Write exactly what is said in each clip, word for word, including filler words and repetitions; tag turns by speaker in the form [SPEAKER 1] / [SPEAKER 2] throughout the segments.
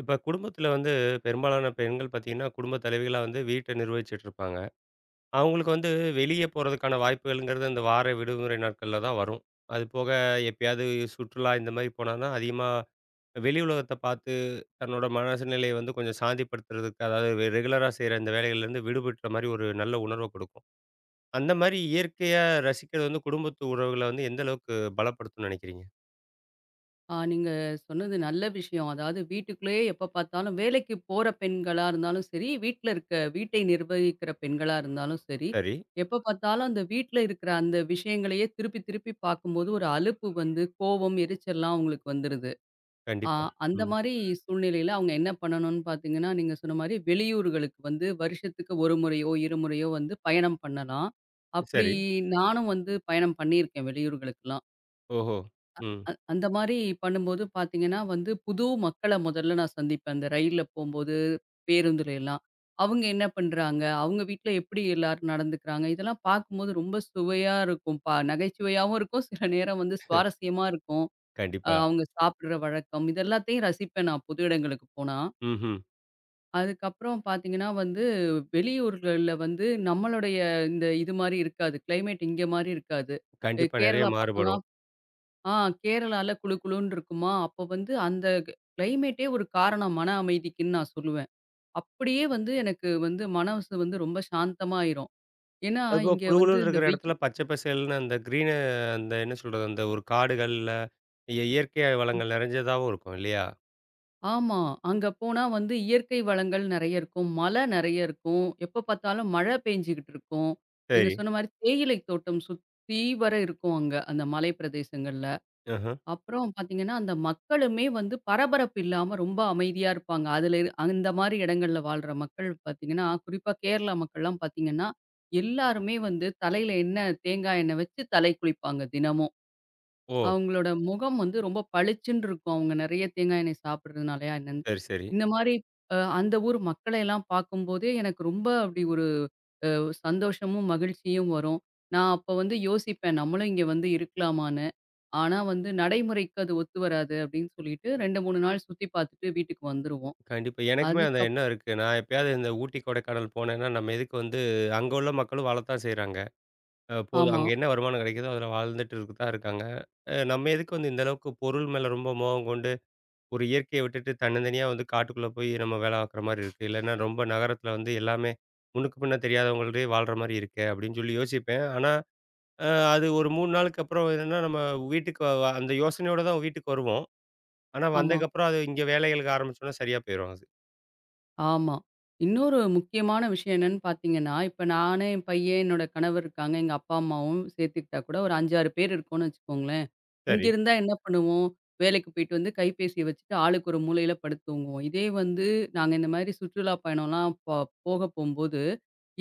[SPEAKER 1] இப்ப குடும்பத்தில வந்து பெரும்பாலான பெண்கள் பார்த்தீங்கன்னா, குடும்ப தலைவிகளா வந்து வீட்ட நிர்வகிச்சுட்டு இருப்பாங்க. அவங்களுக்கு வந்து வெளிய போறதுக்கான வாய்ப்புகள்ங்கிறது அந்த வார விடுமுறை நாட்கள்ல தான் வரும். அது போக எப்பயாவது சுற்றுலா இந்த மாரி போனான்னா, அதிகமா வெளி உலகத்த பார்த்து தன்னோட மனசு நிலைய வந்து கொஞ்சம் சாந்திப்படுத்துறதுக்கு, அதாவது வெ ரெகுலரா செய்ற இந்த வேலைகள்லேருந்து விடுபட்ட மாரி ஒரு நல்ல உணர்வ குடுக்கும். அந்த மாரி இயற்கையா ரசிக்கிறது வந்து குடும்பத்து உறவுகள வந்து எந்த அளவுக்கு பலப்படுத்தும்னு நெனைக்கிறீங்க?
[SPEAKER 2] ஆ நீங்க சொன்னது நல்ல விஷயம். அதாவது வீட்டுக்குள்ளேயே எப்ப பார்த்தாலும் வேலைக்கு போற பெண்களா இருந்தாலும் சரி, வீட்ல இருக்க வீட்டை நிர்வகிக்கிற பெண்களா இருந்தாலும் சரி,
[SPEAKER 1] சரி.
[SPEAKER 2] எப்ப பார்த்தாலும் அந்த வீட்ல இருக்கிற அந்த விஷயங்களையே திருப்பி திருப்பி பார்க்கும்போது ஒரு அலுப்பு வந்து கோவம், எரிச்சல்லாம் அவங்களுக்கு வந்துருது. ஆ
[SPEAKER 1] கண்டிப்பா.
[SPEAKER 2] அந்த
[SPEAKER 1] ம்.
[SPEAKER 2] மாரி சூழ்நிலையில அவங்க என்ன பண்ணணும்னு பார்த்தீங்கன்னா, நீங்க சொன்ன மாரி வெளியூர்களுக்கு வந்து வருஷத்துக்கு ஒரு முறையோ, இரண்டு முறையோ வந்து பயணம் பண்ணலாம். அப்படி
[SPEAKER 1] சரி.
[SPEAKER 2] நானும் வந்து பயணம் பண்ணியிருக்கேன் வெளியூர்களுக்கெல்லாம்.
[SPEAKER 1] ஓஹோ! ம்.
[SPEAKER 2] அ அந்த மாரி பண்ணும்போது பார்த்தீங்கன்னா வந்து, புது மக்கள முதல்ல நான் சந்திப்பேன். அந்த ரயில்ல போம்போது, பேருந்துல எல்லாம். அவங்க என்ன பண்றாங்க? அவங்க வீட்ல எப்படி எல்லாரும் நடந்துக்கிறாங்க? இதெல்லாம் பார்க்கும்போது ரொம்ப சுவையா இருக்கும். பா நகைச்சுவையாவும் இருக்கும். சில நேரம் வந்து சுவாரஸ்யமா இருக்கும். அ
[SPEAKER 1] கண்டிப்பா.
[SPEAKER 2] அவங்க சாப்பிடுற வழக்கம், இது எல்லாத்தையும் ரசிப்பேன் நான் புது இடங்களுக்கு போனா.
[SPEAKER 1] ம்ஹ்ம்.
[SPEAKER 2] அதுக்கப்புறம் பார்த்தீங்கன்னா வந்து, வெளியூர்கள்ல வந்து நம்மளுடைய இந்த இது மாரி இருக்காது. கிளைமேட் இங்க மாரி இருக்காது. அ
[SPEAKER 1] கண்டிப்பா நெறைய
[SPEAKER 2] கேரளா
[SPEAKER 1] மாறுபடும்.
[SPEAKER 2] பக்கம்லாம் ஆ கேரளால குளு குளுன்னு இருக்குமா, அப்ப வந்து அந்த கிளைமேட்டே ஒரு காரணம் மன அமைதிக்குன்னு நான் சொல்லுவேன். அப்படியே வந்து எனக்கு வந்து மனசு வந்து ரொம்ப சாந்தமாயிரும். ஏன்னா,
[SPEAKER 1] அதுபோக
[SPEAKER 2] இங்க வந்து
[SPEAKER 1] குளுகுளுன்னு
[SPEAKER 2] இந்த
[SPEAKER 1] இருக்கிற இடத்துல
[SPEAKER 2] வெயில்.
[SPEAKER 1] பச்சை பசேல்ன்னு அந்த கிரீனு அந்த என்ன சொல்றது? அந்த ஒரு காடுகள்ல இய இயற்கை வளங்கள் நிறைஞ்சதாவும் இருக்கும் இல்லையா?
[SPEAKER 2] ஆமா. அங்க போனா வந்து இயற்கை வளங்கள் நெறைய இருக்கும். மலை நெறைய இருக்கும். எப்ப பார்த்தாலும் மழை பெஞ்சுகிட்டு இருக்கும். நீங்க
[SPEAKER 1] சரி.
[SPEAKER 2] சொன்ன மாரி தேயிலை தோட்டம் சுத்தி வர இருக்கும் அங்க, அந்த மலை பிரதேசங்கள்ல.
[SPEAKER 1] அஹ.
[SPEAKER 2] அப்புறம் பார்த்தீங்கன்னா, அந்த மக்களுமே வந்து பரபரப்பு இல்லாம ரொம்ப அமைதியா இருப்பாங்க. அதுல இரு அந்த மாரி இடங்கள்ல வாழ்ற மக்கள் பார்த்தீங்கன்னா, குறிப்பா கேரளா மக்கள்லாம் பார்த்தீங்கன்னா, எல்லாருமே வந்து தலையில எண்ணெய் தேங்காய் எண்ணெய் வச்சு தலை குளிப்பாங்க தினமும்.
[SPEAKER 1] ஓ!
[SPEAKER 2] அவங்களோட முகம் வந்து ரொம்ப பளிச்சுன்னு இருக்கும். அவங்க நெறைய தேங்காய் எண்ணெய் சாப்பிடுறதுனாலயா என்னன்னு.
[SPEAKER 1] சரி, சரி.
[SPEAKER 2] இந்த மாரி அ அந்த ஊர் மக்களையெல்லாம் பார்க்கும்போதே எனக்கு ரொம்ப அப்படி ஒரு அ சந்தோஷமும், மகிழ்ச்சியும் வரும். நான் அப்ப வந்து யோசிப்பேன், நம்மளும் இங்க வந்து இருக்கலாமான்னு. ஆனா வந்து நடைமுறைக்கு அது ஒத்து வராது அப்டின்னு சொல்லிட்டு ரெண்டு, மூணு நாள் சுத்தி பார்த்துட்டு வீட்டுக்கு வந்துருவோம்.
[SPEAKER 1] கண்டிப்பா. எனக்குமே அந்த
[SPEAKER 2] அதுக்கப்
[SPEAKER 1] எண்ணம் இருக்கு. நான் எப்பயாவது இந்த ஊட்டி, கொடைக்கானல் போனேன்னா, நம்ம எதுக்கு வந்து அங்க உள்ள மக்களும் வாழத்தான் செய்றாங்க. அ போதும்
[SPEAKER 2] ஆமா,
[SPEAKER 1] அங்க என்ன வருமானம் கிடைக்குதோ, அதில வாழ்ந்துட்டு இருக்க தான் இருக்காங்க. அ நம்ம எதுக்கு வந்து இந்த அளவுக்கு பொருள் மேல ரொம்ப மோகம் கொண்டு ஒரு இயற்கைய விட்டுட்டு தன்னந்தனியா வந்து காட்டுக்குள்ள போய் நம்ம வேலை பார்க்குற மாரி இருக்கு. இல்லன்னா ரொம்ப நகரத்தில வந்து எல்லாமே முன்னுக்கு பின்ன தெரியாதவங்களே வாழ்ற மாரி இருக்கே! அப்படின்னு சொல்லி யோசிப்பேன். ஆனா, அ அது ஒரு மூணு நாளுக்கு அப்புறம் என்னன்னா, நம்ம வீட்டுக்கு வ வ- அந்த யோசனையோட தான் வீட்டுக்கு வருவோம். ஆனா,
[SPEAKER 2] ஆமா,
[SPEAKER 1] வந்ததுக்கப்புறம் அது இங்க வேலைகளுக்கு ஆரம்பிச்சோம்னா சரியா போயிரும் அது.
[SPEAKER 2] ஆமா. இன்னொரு முக்கியமான விஷயம் என்னன்னு பார்த்தீங்கன்னா, இப்ப நானு, என் பையன், என்னோட கணவர் இருக்காங்க. எங்க அப்பா, அம்மாவும் சேர்த்துக்கிட்டா கூட ஒரு அஞ்சு, ஆறு பேர் இருக்கோம்னு வச்சுக்கோங்களேன். இங்க
[SPEAKER 1] சரி,
[SPEAKER 2] இருந்தா என்ன பண்ணுவோம்? வேலைக்கு போயிட்டு வந்து கைபேசிய வச்சுட்டு ஆளுக்கு ஒரு மூலையில படுத்து தூங்குவோம். இதே வந்து நாங்க இந்த மாதிரி சுற்றுலா பயணம்லாம் போ போக போம்போது,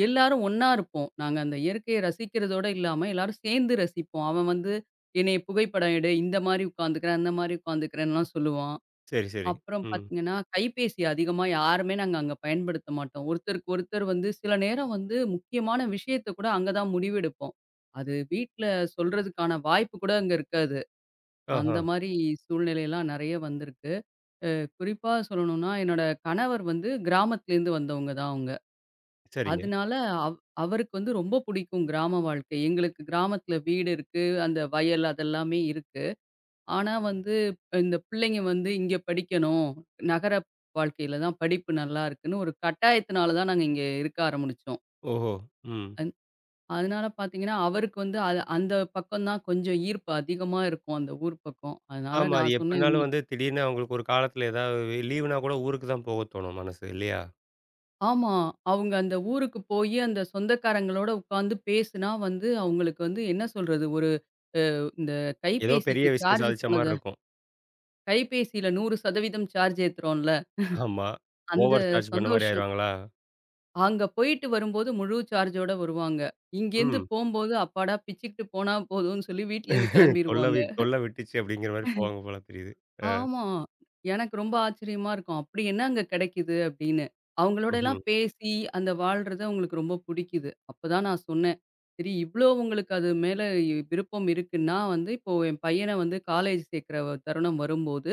[SPEAKER 2] எல்லாரும் ஒண்ணா இருப்போம். நாங்க அந்த இயற்கைய ரசிக்கிறதோட இல்லாம எல்லாரும் சேர்ந்து ரசிப்போம். அவன் வந்து என்னைய புகைப்படம் எடு, இந்த மாதிரி உட்காந்துக்கிறேன், அந்த மாதிரி உட்காந்துக்கிறேன்லாம் சொல்லுவான்.
[SPEAKER 1] சரி, சரி.
[SPEAKER 2] அப்புறம்
[SPEAKER 1] ம்.
[SPEAKER 2] பார்த்தீங்கன்னா, கைபேசி அதிகமா யாருமே நாங்க அங்க பயன்படுத்த மாட்டோம். ஒருத்தருக்கு ஒருத்தர் வந்து சில நேரம் வந்து முக்கியமான விஷயத்த கூட அங்க தான் முடிவெடுப்போம். அது வீட்ல சொல்றதுக்கான வாய்ப்பு கூட அங்க இருக்காது.
[SPEAKER 1] ஆஹா.
[SPEAKER 2] அந்த மாரி சூழ்நிலையெல்லாம் நெறைய வந்திருக்கு. அ குறிப்பா சொல்லணும்னா, என்னோட கணவர் வந்து கிராமத்துலேருந்து வந்தவங்க தான் அவங்க.
[SPEAKER 1] சரிங்க.
[SPEAKER 2] அதனால அவ் அவருக்கு வந்து ரொம்ப புடிக்கும் கிராம வாழ்க்கை. எங்களுக்கு கிராமத்துல வீடு இருக்கு, அந்த வயல் அதெல்லாமே இருக்கு. ஆனா வந்து இந்த பிள்ளைங்க வந்து இங்க படிக்கணும், நகர வாழ்க்கையில தான் படிப்பு நல்லா இருக்குன்னு ஒரு கட்டாயத்தினால தான் நாங்க இங்க இருக்க ஆரம்பிச்சோம்.
[SPEAKER 1] ஓஹோ! ம்.
[SPEAKER 2] அந் அதனால பார்த்தீங்கன்னா, அவருக்கு வந்து அது அந்த பக்கம் தான் கொஞ்சம் ஈர்ப்பு அதிகமா இருக்கும் அந்த ஊர் பக்கம். அதனால
[SPEAKER 1] ஆமா. அது
[SPEAKER 2] நான் சொன்னேன்.
[SPEAKER 1] எப்படினாலும் வந்து திடீர்னு அவங்களுக்கு ஒரு காலத்தில ஏதாவது லீவுனா கூட ஊருக்கு தான் போக தோணும் மனசு இல்லையா?
[SPEAKER 2] ஆமா. அவங்க அந்த ஊருக்கு போயி, அந்த சொந்தக்காரங்களோட உட்காந்து பேசுனா வந்து, அவங்களுக்கு வந்து என்ன சொல்றது? ஒரு இந்த
[SPEAKER 1] ஏதோ பெரிய
[SPEAKER 2] கைபேசிக்கு
[SPEAKER 1] விஷயம்
[SPEAKER 2] சார்ஜ்
[SPEAKER 1] சாதிச்ச மாரி
[SPEAKER 2] போனத
[SPEAKER 1] இருக்கும்.
[SPEAKER 2] கைபேசியில நூறு சதவீதம் சார்ஜ் ஏத்துறோம்ல,
[SPEAKER 1] ஆமா.
[SPEAKER 2] அந்த
[SPEAKER 1] ஓவர் சார்ஜ் பண்ண மாரி
[SPEAKER 2] சந்தோஷம்.
[SPEAKER 1] ஆயிருவாங்களா?
[SPEAKER 2] அங்க போயிட்டு வரும்போது முழு சார்ஜோட வருவாங்க. இங்கேருந்து
[SPEAKER 1] ம்.
[SPEAKER 2] போம்போது, அப்பாடா பிச்சுக்கிட்டு போனா போதும்ன்னு சொல்லி வீட்லேருந்து
[SPEAKER 1] "தொல்ல
[SPEAKER 2] கிளம்பிருவாங்க.
[SPEAKER 1] வி தொல்ல விட்டுச்சு" அப்படிங்கிற மாரி போவாங்க போல தெரியுது. அ.
[SPEAKER 2] ஆமா. எனக்கு ரொம்ப ஆச்சரியமா இருக்கும். அப்படி என்ன அங்க கெடைக்குது அப்படின்னு. அவங்களோடலாம்
[SPEAKER 1] ம்ஹ்ம்.
[SPEAKER 2] பேசி அந்த வாழ்றது அவங்களுக்கு ரொம்ப புடிக்குது. அப்பதான் நான் சொன்னேன். சரி இவ்ளோ உங்களுக்கு அது மேல இ- விருப்பம் இருக்குன்னா வந்து, இப்போ என் பையன வந்து காலேஜ் சேர்க்கிற தருணம் வரும்போது,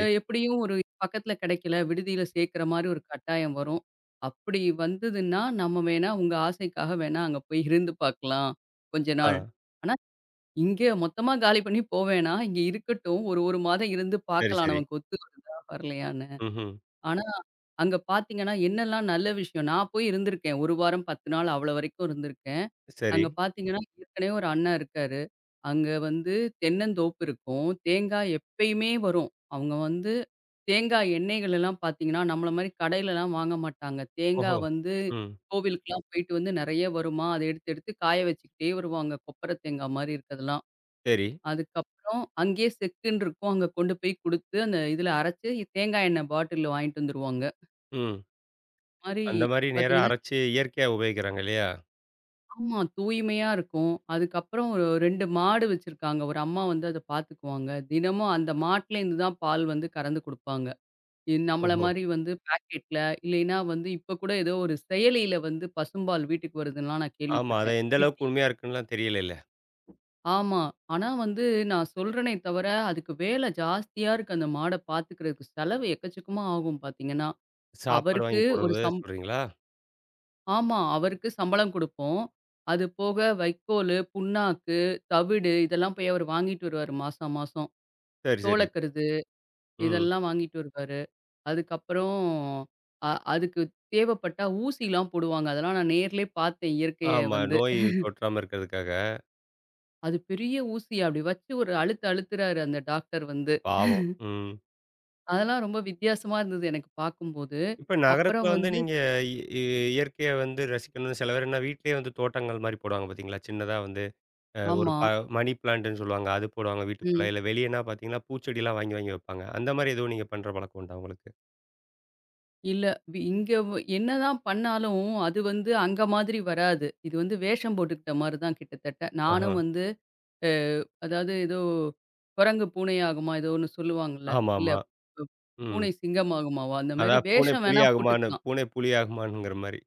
[SPEAKER 2] அ எப்படியும் ஒரு பக்கத்துல கெடைக்கல, விடுதியில சேர்க்கிற மாரி ஒரு கட்டாயம் வரும். அப்படி வந்ததுன்னா, நம்ம வேணா உங்க ஆசைக்காக வேணா அங்க போய் இருந்து பார்க்கலாம், கொஞ்ச
[SPEAKER 1] ஆ.
[SPEAKER 2] நாள். இங்கே மொத்தமா காலி பண்ணி போ வேணாம். இங்க இருக்கட்டும். ஒரு 1 மாதம் இருந்து
[SPEAKER 1] சரி,
[SPEAKER 2] பார்க்கலாம்
[SPEAKER 1] சரி.
[SPEAKER 2] நமக்கு ஒத்து வருதா? வரலையான்னு.
[SPEAKER 1] ம்ஹ்ம்.
[SPEAKER 2] ஆனா, அங்க பார்த்தீங்கன்னா, என்னெல்லாம் நல்ல விஷயம் நான் போய் இருந்திருக்கேன். ஒரு வாரம் பத்து நாள் அவ்வளோ வரைக்கும் இருந்திருக்கேன்.
[SPEAKER 1] சரி.
[SPEAKER 2] அங்க பார்த்தீங்கன்னா, ஏற்கனவே ஒரு அண்ணன் இருக்காரு. அங்க வந்து தென்னந்தோப்பு இருக்கும். தேங்காய் எப்பயுமே வரும். அவங்க வந்து தேங்காய் எண்ணெய்கள் எல்லாம் பார்த்தீங்கன்னா, நம்மள மாரி கடையிலலாம் வாங்க மாட்டாங்க.
[SPEAKER 1] ஓஹோ!
[SPEAKER 2] தேங்காய் வந்து
[SPEAKER 1] ம்.
[SPEAKER 2] கோவிலுக்குலாம் போயிட்டு வந்து நெறைய வருமா, அத எடுத்து எடுத்து காய வச்சுக்கிட்டே வருவாங்க. கொப்பரை தேங்காய் மாரி இருக்கதெல்லாம்.
[SPEAKER 1] சரி.
[SPEAKER 2] அதுக்கப்புறம் அங்கேயே செக்குன்னு இருக்கும். அங்க கொண்டு போய் குடுத்து, அந்த இதில அரைச்சு தேங்காய் எண்ணெய் பாட்டில்ல வாங்கிட்டு வந்துருவாங்க.
[SPEAKER 1] ம்.
[SPEAKER 2] மாரி
[SPEAKER 1] அந்த மாரி நேரா
[SPEAKER 2] பார்த்தீங்கன்னா
[SPEAKER 1] அரைச்சு இயற்கையா உபயோகிக்கிறாங்க இல்லையா?
[SPEAKER 2] ஆமா தூய்மையா இருக்கும். அதுக்கப்புறம் ஒரு ரெண்டு மாடு வச்சிருக்காங்க. ஒரு அம்மா வந்து அத பார்த்துக்குவாங்க. தினமும் அந்த மாட்டுலேருந்து தான் பால் வந்து கறந்து குடுப்பாங்க. இ நம்மள
[SPEAKER 1] ஓஹோ!
[SPEAKER 2] மாரி வந்து பாக்கெட்ல, இல்லைன்னா வந்து இப்ப கூட ஏதோ ஒரு செயலியில வந்து பசும்பால் வீட்டுக்கு வருதுன்லாம் நான்
[SPEAKER 1] ஆமா. அத
[SPEAKER 2] கேள்விப்பட்டேன்.
[SPEAKER 1] எந்த அளவுக்கு உண்மையா இருக்குன்னுலாம் தெரியலல்ல.
[SPEAKER 2] ஆமா. ஆனா வந்து நான் சொல்றேனே தவிர, அதுக்கு வேலை ஜாஸ்தியா இருக்கு அந்த மாட பாத்துக்கிறதுக்கு. செலவு எக்கச்சக்கமா ஆகும் பாத்தீங்கன்னா.
[SPEAKER 1] சாப்பாடு
[SPEAKER 2] அவருக்கு
[SPEAKER 1] வாங்கி
[SPEAKER 2] ஒரு
[SPEAKER 1] போடுறது
[SPEAKER 2] சம்
[SPEAKER 1] சொல்றீங்களா?
[SPEAKER 2] ஆமா. அவருக்கு சம்பளம் குடுப்போம். அது போக வைக்கோலு, புண்ணாக்கு, தவிடு இதெல்லாம் போய் அவரு வாங்கிட்டு வருவாரு மாசம் மாசம்.
[SPEAKER 1] சரி, சரி.
[SPEAKER 2] சோளக்கருது
[SPEAKER 1] ம்.
[SPEAKER 2] இதெல்லாம் வாங்கிட்டு வருவாரு. அதுக்கப்புறம் அ அதுக்கு தேவைப்பட்டா ஊசிலாம் போடுவாங்க. அதெல்லாம் நான் நேர்லயே பாத்தேன் இயற்கைய
[SPEAKER 1] ஆமா.
[SPEAKER 2] வந்து.
[SPEAKER 1] நோய் தொற்றாம இருக்கிறதுக்காக.
[SPEAKER 2] அது பெரிய ஊசி அப்படி வச்சு ஒரு அழுத்து அழுத்துறாரு அந்த டாக்டர் வந்து.
[SPEAKER 1] பாவம். ம்.
[SPEAKER 2] அதெல்லாம் ரொம்ப வித்தியாசமா இருந்தது எனக்கு பார்க்கும்போது.
[SPEAKER 1] இப்ப
[SPEAKER 2] அப்புறம்
[SPEAKER 1] நகரத்துல வந்து
[SPEAKER 2] வந்து
[SPEAKER 1] நீங்க இ இ இயற்கைய வந்து ரசிக்கணும்னு சில பேர் என்ன வீட்லயே வந்து தோட்டங்கள் மாரி போடுவாங்க பார்த்தீங்களா? சின்னதா வந்து அ ஒரு
[SPEAKER 2] ஆமா.
[SPEAKER 1] ப மணி பிளான்ட்ன்னு சொல்லுவாங்க. அது போடுவாங்க வீட்டுக்குள்ள.
[SPEAKER 2] ம்.
[SPEAKER 1] இல்ல வெளியன்னா பார்த்தீங்கன்னா, பூச்செடிலாம் வாங்கி வாங்கி வைப்பாங்க. அந்த மாரி எதுவும் நீங்க பண்ற பழக்கம் உண்டா உங்களுக்கு?
[SPEAKER 2] இல்ல வி இங்க வ என்னதான் பண்ணாலும், அது வந்து அங்க மாதிரி வராது. இது வந்து வேஷம் போட்டுக்கிட்ட மாரி தான் கிட்டத்தட்ட.
[SPEAKER 1] ஆஹா.
[SPEAKER 2] நானும் வந்து அ அதாவது ஏதோ குரங்கு பூனையாகுமா? ஏதோ ஒண்ணு சொல்லுவாங்கல்ல. இல்ல
[SPEAKER 1] ஆமாமா.
[SPEAKER 2] பு
[SPEAKER 1] ம்.
[SPEAKER 2] பூனை சிங்கமாகுமாவா? அந்த மாரி
[SPEAKER 1] அதான் பூனை
[SPEAKER 2] வேஷம்
[SPEAKER 1] புலி
[SPEAKER 2] வேணா
[SPEAKER 1] ஆகுமான்னு
[SPEAKER 2] போட்டுக்கலாம்.
[SPEAKER 1] பூனை புலி ஆகுமான்ங்கிற மாரி.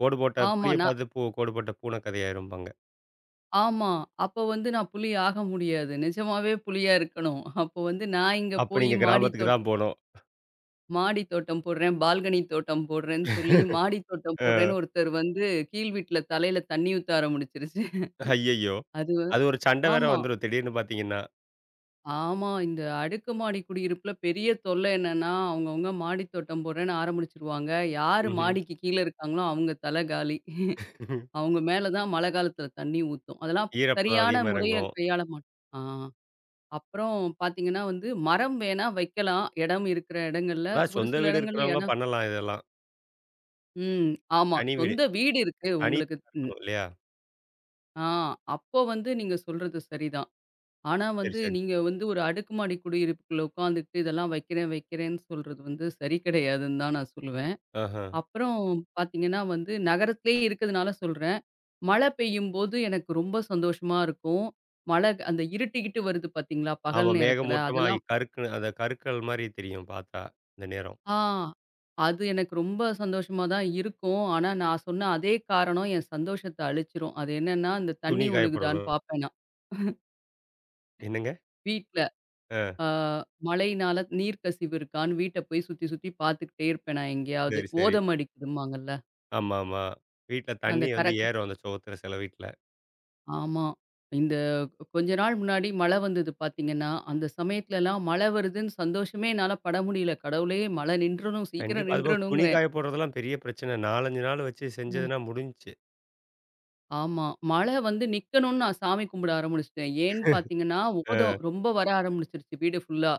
[SPEAKER 1] கோடு போட்ட
[SPEAKER 2] ஆமா.
[SPEAKER 1] புலிய
[SPEAKER 2] நான்
[SPEAKER 1] பார்த்து பூ கோடு போட்ட பூனை கதையாயிரும்பாங்க.
[SPEAKER 2] ஆமா. அப்ப வந்து நான் புலி ஆக முடியாது. நிஜமாவே புலியா இருக்கணும். அப்போ வந்து நான் இங்க
[SPEAKER 1] அப்ப
[SPEAKER 2] போய்
[SPEAKER 1] நீங்க
[SPEAKER 2] மாடி
[SPEAKER 1] கிராமத்துக்கு
[SPEAKER 2] தோட்ட
[SPEAKER 1] தான் போணும்.
[SPEAKER 2] மாடி தோட்டம் போடுறேன், பால்கனி தோட்டம் போடுறேன்னு சொல்லி, மாடி தோட்டம்
[SPEAKER 1] அ
[SPEAKER 2] போடுறேன்னு ஒருத்தர் வந்து கீழ் வீட்ல தலையில தண்ணி ஊத்த ஆரம்பிச்சுருச்சு.
[SPEAKER 1] ஐயய்யோ!
[SPEAKER 2] அது வ
[SPEAKER 1] அது ஒரு சண்டை வேற
[SPEAKER 2] ஆமா,
[SPEAKER 1] வந்துரும். திடீர்னு பார்த்தீங்கன்னா.
[SPEAKER 2] ஆமா. இந்த அடுக்குமாடி குடியிருப்புல பெரிய தொல்லை என்னன்னா, அவங்கவங்க மாடி தோட்டம் போடுறேன்னு ஆரம்பிச்சுருவாங்க. யாரு
[SPEAKER 1] ம்ஹ்ம்.
[SPEAKER 2] மாடிக்கு கீழ இருக்காங்களோ அவங்க தலை காலி. அவங்க மேல தான் மழை காலத்துல தண்ணி ஊத்தும். அதெல்லாம்
[SPEAKER 1] ஈரப்பதம்
[SPEAKER 2] சரியான
[SPEAKER 1] அதிகமா
[SPEAKER 2] முறைய
[SPEAKER 1] இறங்கும்.
[SPEAKER 2] கையாள மாட்டோம். ஆ. அப்புறம் பார்த்தீங்கன்னா வந்து, மரம் வேணா வைக்கலாம். இடம் இருக்கிற இடங்கள்ல.
[SPEAKER 1] அதான்
[SPEAKER 2] ஒரு
[SPEAKER 1] சொந்த
[SPEAKER 2] சில
[SPEAKER 1] வீடு
[SPEAKER 2] இடங்கள்ல
[SPEAKER 1] இருக்கிறவங்க
[SPEAKER 2] இடம்.
[SPEAKER 1] பண்ணலாம் இதெல்லாம்.
[SPEAKER 2] ம். ஆமா.
[SPEAKER 1] தனி வீடு.
[SPEAKER 2] சொந்த வீடு இருக்கு
[SPEAKER 1] தனி
[SPEAKER 2] உங்களுக்கு.
[SPEAKER 1] வீடா
[SPEAKER 2] ம்.
[SPEAKER 1] இருக்கணும் இல்லையா?
[SPEAKER 2] ஆ. அப்போ வந்து நீங்க சொல்றது சரிதான். ஆனா
[SPEAKER 1] சரி,
[SPEAKER 2] வந்து
[SPEAKER 1] சரி.
[SPEAKER 2] நீங்க வந்து ஒரு அடுக்குமாடி குடியிருப்புக்குள்ள உட்காந்துக்கிட்டு இதெல்லாம் வைக்கிறேன், வைக்கிறேன்னு சொல்றது வந்து சரி கிடையாதுன்னு தான் நான் சொல்லுவேன்.
[SPEAKER 1] ஆஹா.
[SPEAKER 2] அப்புறம் பார்த்தீங்கன்னா வந்து நகரத்திலேயே இருக்கிறதுனால சொல்றேன். மழை பெய்யும்போது எனக்கு ரொம்ப சந்தோஷமா இருக்கும். மழை அந்த இருட்டிக்கிட்டு வருது பார்த்தீங்களா? பகல்
[SPEAKER 1] ஆமா
[SPEAKER 2] நேரத்தில
[SPEAKER 1] மேகமூட்டமா
[SPEAKER 2] அதெல்லாம்.
[SPEAKER 1] கருக்குன்னு அந்த கருக்கள் மாரி தெரியும் பார்த்தா, இந்த நேரம்.
[SPEAKER 2] ஆ. அது எனக்கு ரொம்ப சந்தோஷமா தான் இருக்கும். ஆனா, நான் சொன்ன அதே காரணம் என் சந்தோஷத்த அழிச்சிரும். அது என்னன்னா, இந்த
[SPEAKER 1] துணி
[SPEAKER 2] தண்ணி
[SPEAKER 1] காய போடுறதோ
[SPEAKER 2] ஒழுகுதான்னு பார்ப்பேன் நான்.
[SPEAKER 1] என்னங்க?
[SPEAKER 2] வீட்ல
[SPEAKER 1] ஆ
[SPEAKER 2] அ மழையினால நீர் கசிவு இருக்கான்னு வீட்ட போய் சுத்தி, சுத்தி பார்த்துக்கிட்டே இருப்பேன் நான் எங்கேயாவது.
[SPEAKER 1] சரி, சரி.
[SPEAKER 2] ஓதம் அடிக்குதும்பாங்கல்ல,
[SPEAKER 1] ஆமா, ஆமா. வீட்ல
[SPEAKER 2] அந்த
[SPEAKER 1] தண்ணி வந்து
[SPEAKER 2] கரக்க
[SPEAKER 1] ஏறும் அந்த சுவத்துல சில வீட்ல.
[SPEAKER 2] ஆமா. இந்த கொஞ்ச நாள் முன்னாடி மழை வந்தது பார்த்தீங்கன்னா, அந்த சமயத்துலலாம் மழை வருதுன்னு சந்தோஷமே என்னால பட முடியல. கடவுளே! மழை நின்றணும், சீக்கிரம்
[SPEAKER 1] கண்டிப்பா. அதுபோக துணி
[SPEAKER 2] நின்றணுங்கிறேன்.
[SPEAKER 1] காய போடுறதெல்லாம் பெரிய பிரச்சனை. நான்கு, அஞ்சு நாள் வச்சு செஞ்சதுன்னா முடிஞ்சுச்சு.
[SPEAKER 2] ஆமா. மழை வந்து நிக்கணும்னு நான் சாமி கும்பிட ஆரம்பிச்சுட்டேன். ஏன்னு பார்த்தீங்கன்னா, ஓதம்
[SPEAKER 1] ஆ
[SPEAKER 2] ரொம்ப வர ஆரம்பிச்சுருச்சு வீடு ஃபுல்லா.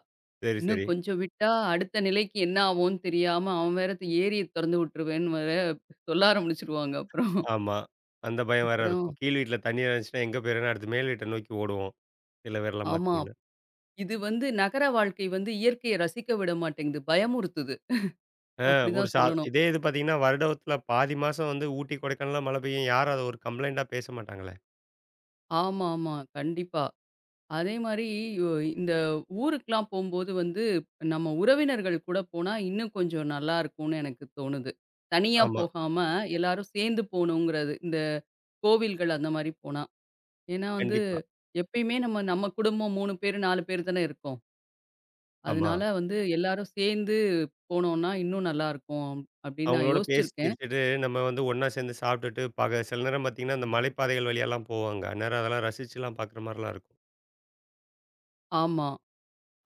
[SPEAKER 1] சரி,
[SPEAKER 2] இன்னும்
[SPEAKER 1] சரி.
[SPEAKER 2] கொஞ்சம் விட்டா அடுத்த நிலைக்கு என்ன ஆவோன்னு தெரியாம, அவன் வேற ஏரிய தொறந்து விட்டுருவேன்னு வேற சொல்ல ஆரம்பிச்சுருவாங்க அப்புறம்.
[SPEAKER 1] ஆமா. அந்த பயம் வேற
[SPEAKER 2] அப்புறம்
[SPEAKER 1] இருக்கும். கீழ் வீட்ல தண்ணி இருந்துச்சுன்னா எங்க போயிரும்ன்னா அடுத்து மேல் வீட்ட நோக்கி ஓடுவோம். சில பேர்லாம்
[SPEAKER 2] ஆமா.
[SPEAKER 1] பார்த்தீங்கன்னா.
[SPEAKER 2] இது வந்து நகர வாழ்க்கை வந்து இயற்கையை ரசிக்க விட மாட்டேங்குது. பயமுறுத்துது.
[SPEAKER 1] ஒரு
[SPEAKER 2] அப்படிதான்
[SPEAKER 1] சா
[SPEAKER 2] சொல்லணும்.
[SPEAKER 1] இதே இது பார்த்தீங்கன்னா, வருடத்தில பாதி மாசம் வந்து ஊட்டி, கொடைக்கானல்லாம் மழை பெய்யும். யாரும் அத ஒரு கம்ப்ளைண்ட்டா பேச மாட்டாங்களே!
[SPEAKER 2] ஆமாமா. கண்டிப்பா. அதே மாரி ஒ இந்த ஊருக்குலாம் போம்போது வந்து, நம்ம உறவினர்கள் கூட போனா இன்னும் கொஞ்சம் நல்லாருக்கும்னு எனக்கு தோணுது. தனியா
[SPEAKER 1] ஆமா.
[SPEAKER 2] போகாம எல்லாரும் சேர்ந்து போணுங்கிறது. இந்த கோவில்கள் அந்த மாரி போனா. ஏன்னா வந்து
[SPEAKER 1] கண்டிப்பா.
[SPEAKER 2] எப்பயுமே நம்ம நம்ம குடும்பம் மூணு பேரு, நாலு பேரு தானே இருக்கோம்.
[SPEAKER 1] ஆமா.
[SPEAKER 2] அதனால வந்து எல்லாரும் சேர்ந்து போனோம்னா இன்னும் நல்லாருக்கும் அப்படின்னு நான்
[SPEAKER 1] அவங்களோட பேசி
[SPEAKER 2] யோசிச்சிருக்கேன்.
[SPEAKER 1] சிரிச்சுட்டு, நம்ம வந்து ஒண்ணா சேர்ந்து சாப்பிட்டுட்டு, பக சில நேரம் பார்த்தீங்கன்னா, அந்த மலைப்பாதைகள் வழியாலாம் போவாங்க. அந்நேரம் அதெல்லாம் ரசிச்சுலாம் பார்க்குற மாரிலாம் இருக்கும்.
[SPEAKER 2] ஆமா.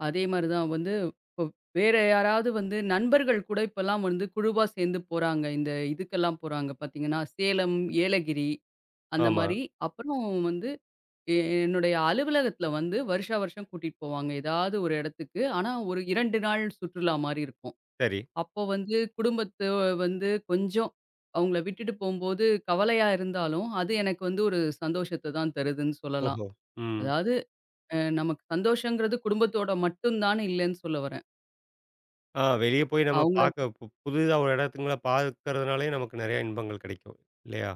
[SPEAKER 2] அதே மாரி தான் வந்து இப்போ வேற யாராவது வந்து நண்பர்கள் கூட இப்பலாம் வந்து குழுவா சேர்ந்து போறாங்க. இந்த இதுக்கெல்லாம் போறாங்க பார்த்தீங்கன்னா, சேலம், ஏலகிரி அந்த
[SPEAKER 1] ஆமா.
[SPEAKER 2] மாரி. அப்புறம் வந்து எ என்னுடைய அலுவலகத்தில வந்து வருஷா வருஷம் கூட்டிட்டு போவாங்க. ஏதாவது ஒரு இடத்துக்கு. ஆனா ஒரு இரண்டு நாள் சுற்றுலா மாரி இருக்கும்.
[SPEAKER 1] சரி.
[SPEAKER 2] அப்போ வந்து குடும்பத்த வந்து கொஞ்சம் அவங்கள விட்டுட்டு போம்போது கவலையா இருந்தாலும், அது எனக்கு வந்து ஒரு சந்தோஷத்த தான் தருதுன்னு சொல்லலாம்.
[SPEAKER 1] ஓஹோ! ம்.
[SPEAKER 2] அதாவது அ நமக்கு சந்தோஷங்கிறது குடும்பத்தோட மட்டும் தான்னு இல்லன்னு சொல்ல வரேன்.
[SPEAKER 1] ஆ வெளிய போய் நம்ம
[SPEAKER 2] அவங்கள.
[SPEAKER 1] பார்க்க பு புதிதா ஒரு இடத்துங்கள பார்க்கறதுனாலயே நமக்கு நெறைய இன்பங்கள் கிடைக்கும். இல்லையா?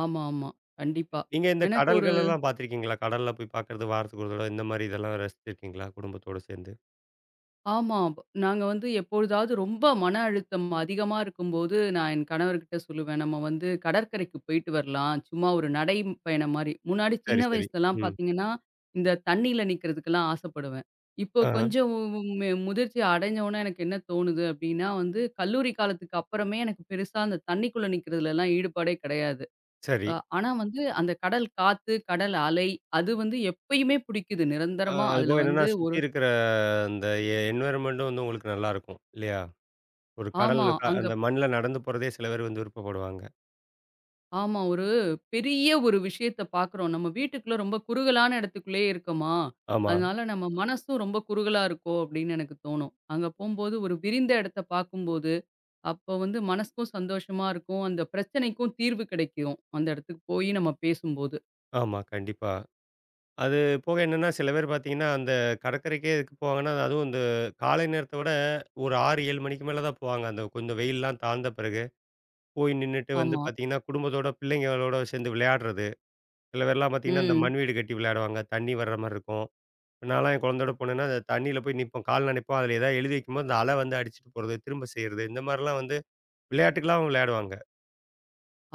[SPEAKER 2] ஆமா, ஆமா. கண்டிப்பா.
[SPEAKER 1] நீங்க இந்த
[SPEAKER 2] எனக்கு ஒரு.
[SPEAKER 1] கடல்கள் எல்லாம் பார்த்துருக்கீங்களா? கடல்ல போய் பார்க்கறது வாரத்துக்கு ஒரு தடவ இந்த மாரி இதெல்லாம் ரசிச்சிருக்கீங்களா? குடும்பத்தோட சேர்ந்து.
[SPEAKER 2] ஆமா. ப- நாங்க வந்து எப்பொழுதாவது ரொம்ப மன அழுத்தம் அதிகமா இருக்கும்போது, நான் என் கணவர்கிட்ட சொல்லுவேன். நம்ம வந்து கடற்கரைக்கு போயிட்டு வரலாம். சும்மா ஒரு நடை பயணம் மாரி. முன்னாடி
[SPEAKER 1] சரி,
[SPEAKER 2] சின்ன
[SPEAKER 1] சரி.
[SPEAKER 2] வயசுலலாம்
[SPEAKER 1] ம்.
[SPEAKER 2] பார்த்தீங்கன்னா, இந்த தண்ணீல நிக்கிறதுக்கெல்லாம் ஆசைப்படுவேன். இப்போ
[SPEAKER 1] ஆ.
[SPEAKER 2] கொஞ்சம் மு முதிர்ச்சி அடைஞ்சோனே எனக்கு என்ன தோணுது அப்டின்னா வந்து, கல்லூரி காலத்துக்கு அப்புறமே எனக்கு பெருசா அந்த தண்ணிக்குள்ள நிக்கிறதுலலாம் ஈடுபாடே கிடையாது.
[SPEAKER 1] சரி.
[SPEAKER 2] அ ஆனா வந்து அந்த கடல் காத்து, கடல் அலை அது வந்து எப்பயுமே பிடிக்குது.
[SPEAKER 1] அ
[SPEAKER 2] நிரந்தரமா அதுல
[SPEAKER 1] அதுபோக என்னன்னா,
[SPEAKER 2] வந்து
[SPEAKER 1] சுத்தி
[SPEAKER 2] ஒரு.
[SPEAKER 1] இருக்கிற அந்த எ என்வைரன்மென்டும் வந்து உங்களுக்கு நல்லாருக்கும். இல்லையா? ஒரு கடல்
[SPEAKER 2] ஆமா.
[SPEAKER 1] க
[SPEAKER 2] அங்க.
[SPEAKER 1] அந்த மண்ல நடந்து போறதே சில பேர் வந்து விருப்பப்படுவாங்க.
[SPEAKER 2] ஆமா. ஒரு பெரிய ஒரு விஷயத்த பார்க்குறோம். நம்ம வீட்டுக்குள்ள ரொம்ப குறுகலான இடத்துக்குள்ளேயே இருக்கோமா,
[SPEAKER 1] ஆமா,
[SPEAKER 2] அதனால நம்ம மனசும் ரொம்ப குறுகலா இருக்கோ அப்படின்னு எனக்கு தோணும். அங்க போம்போது ஒரு விரிந்த இடத்த பார்க்கும்போது, அப்போ வந்து மனசுக்கும் சந்தோஷமா இருக்கும். அந்த பிரச்சனைக்கும் தீர்வு கிடைக்கும். அந்த இடத்துக்கு போய் நம்ம பேசும்போது.
[SPEAKER 1] ஆமா. கண்டிப்பா. அது போக என்னன்னா, சில பேர் பார்த்தீங்கன்னா, அந்த கடற்கரைக்கே எதுக்கு போவாங்கன்னா, அதுவும் இந்த காலை நேரத்த விட ஒரு ஆறு, ஏழு மணிக்கு மேல தான் போவாங்க. அந்த கொஞ்சம் வெயில்லாம் தாழ்ந்த பிறகு. போய் நின்னுட்டு வந்து
[SPEAKER 2] ஆமா.
[SPEAKER 1] பார்த்தீங்கன்னா, குடும்பத்தோட பிள்ளைங்களோட சேர்ந்து விளையாடுறது. சில பேர்லாம் பார்த்தீங்கன்னா, இந்த
[SPEAKER 2] ம்.
[SPEAKER 1] மண் வீடு கட்டி விளையாடுவாங்க. தண்ணி வர்ற மாரி இருக்கும். நான்லாம் என் குழந்தையோட போனேன்னா, அந்த தண்ணீல போய் நிப்போம். கால் நனைப்போம். அதில ஏதாவது எழுதி வைக்கும்போது, அந்த அல வந்து அடிச்சுட்டு போறது, திரும்ப செய்றது. இந்த மாரிலாம் வந்து விளையாட்டுக்கெல்லாம் விளையாடுவாங்க.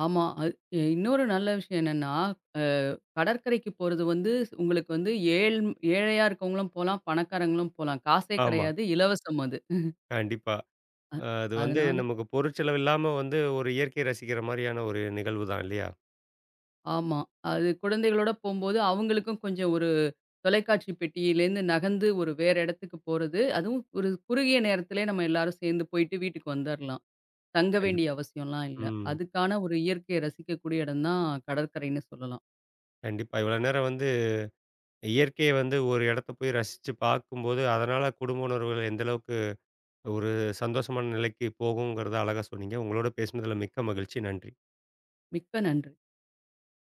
[SPEAKER 2] ஆமா. அது எ இன்னொரு நல்ல விஷயம் என்னன்னா, அ கடற்கரைக்கு போறது வந்து உங்களுக்கு வந்து ஏழ் ஏழையா இருக்கவங்களும் போலாம், பணக்காரங்களும் போலாம். காசே
[SPEAKER 1] ஆமா.
[SPEAKER 2] கிடையாது. இலவசம் அது.
[SPEAKER 1] கண்டிப்பா. அ அது வந்து
[SPEAKER 2] அதனால.
[SPEAKER 1] நமக்கு பொருட்செலவு இல்லாம வந்து ஒரு இயற்கையை ரசிக்கிற மாரியான ஒரு நிகழ்வு தான் இல்லையா?
[SPEAKER 2] ஆமா. அது குழந்தைகளோட போம்போது அவங்களுக்கும் கொஞ்சம் ஒரு தொலைக்காட்சி பெட்டியிலேருந்து நகர்ந்து ஒரு வேற இடத்துக்கு போறது, அதுவும் ஒரு குறுகிய நேரத்திலே நம்ம எல்லாரும் சேர்ந்து போயிட்டு வீட்டுக்கு வந்துரலாம். தங்க
[SPEAKER 1] கண்டிப்
[SPEAKER 2] வேண்டிய அவசியம்லாம் இல்ல.
[SPEAKER 1] ம்.
[SPEAKER 2] அதுக்கான ஒரு இயற்கையை ரசிக்கக்கூடிய இடம் தான் கடற்கரைன்னு சொல்லலாம்.
[SPEAKER 1] கண்டிப்பா. இவ்வளோ நேரம் வந்து இயற்கையை வந்து ஒரு இடத்த போய் ரசிச்சு பார்க்கும்போது, அதனால குடும்ப உணர்வுகள் எந்த அளவுக்கு ஒரு சந்தோஷமான நிலைக்கு போகுங்கிறத அழகா சொன்னீங்க. உங்களோட பேசினதில மிக்க மகிழ்ச்சி. நன்றி.
[SPEAKER 2] மிக்க நன்றி.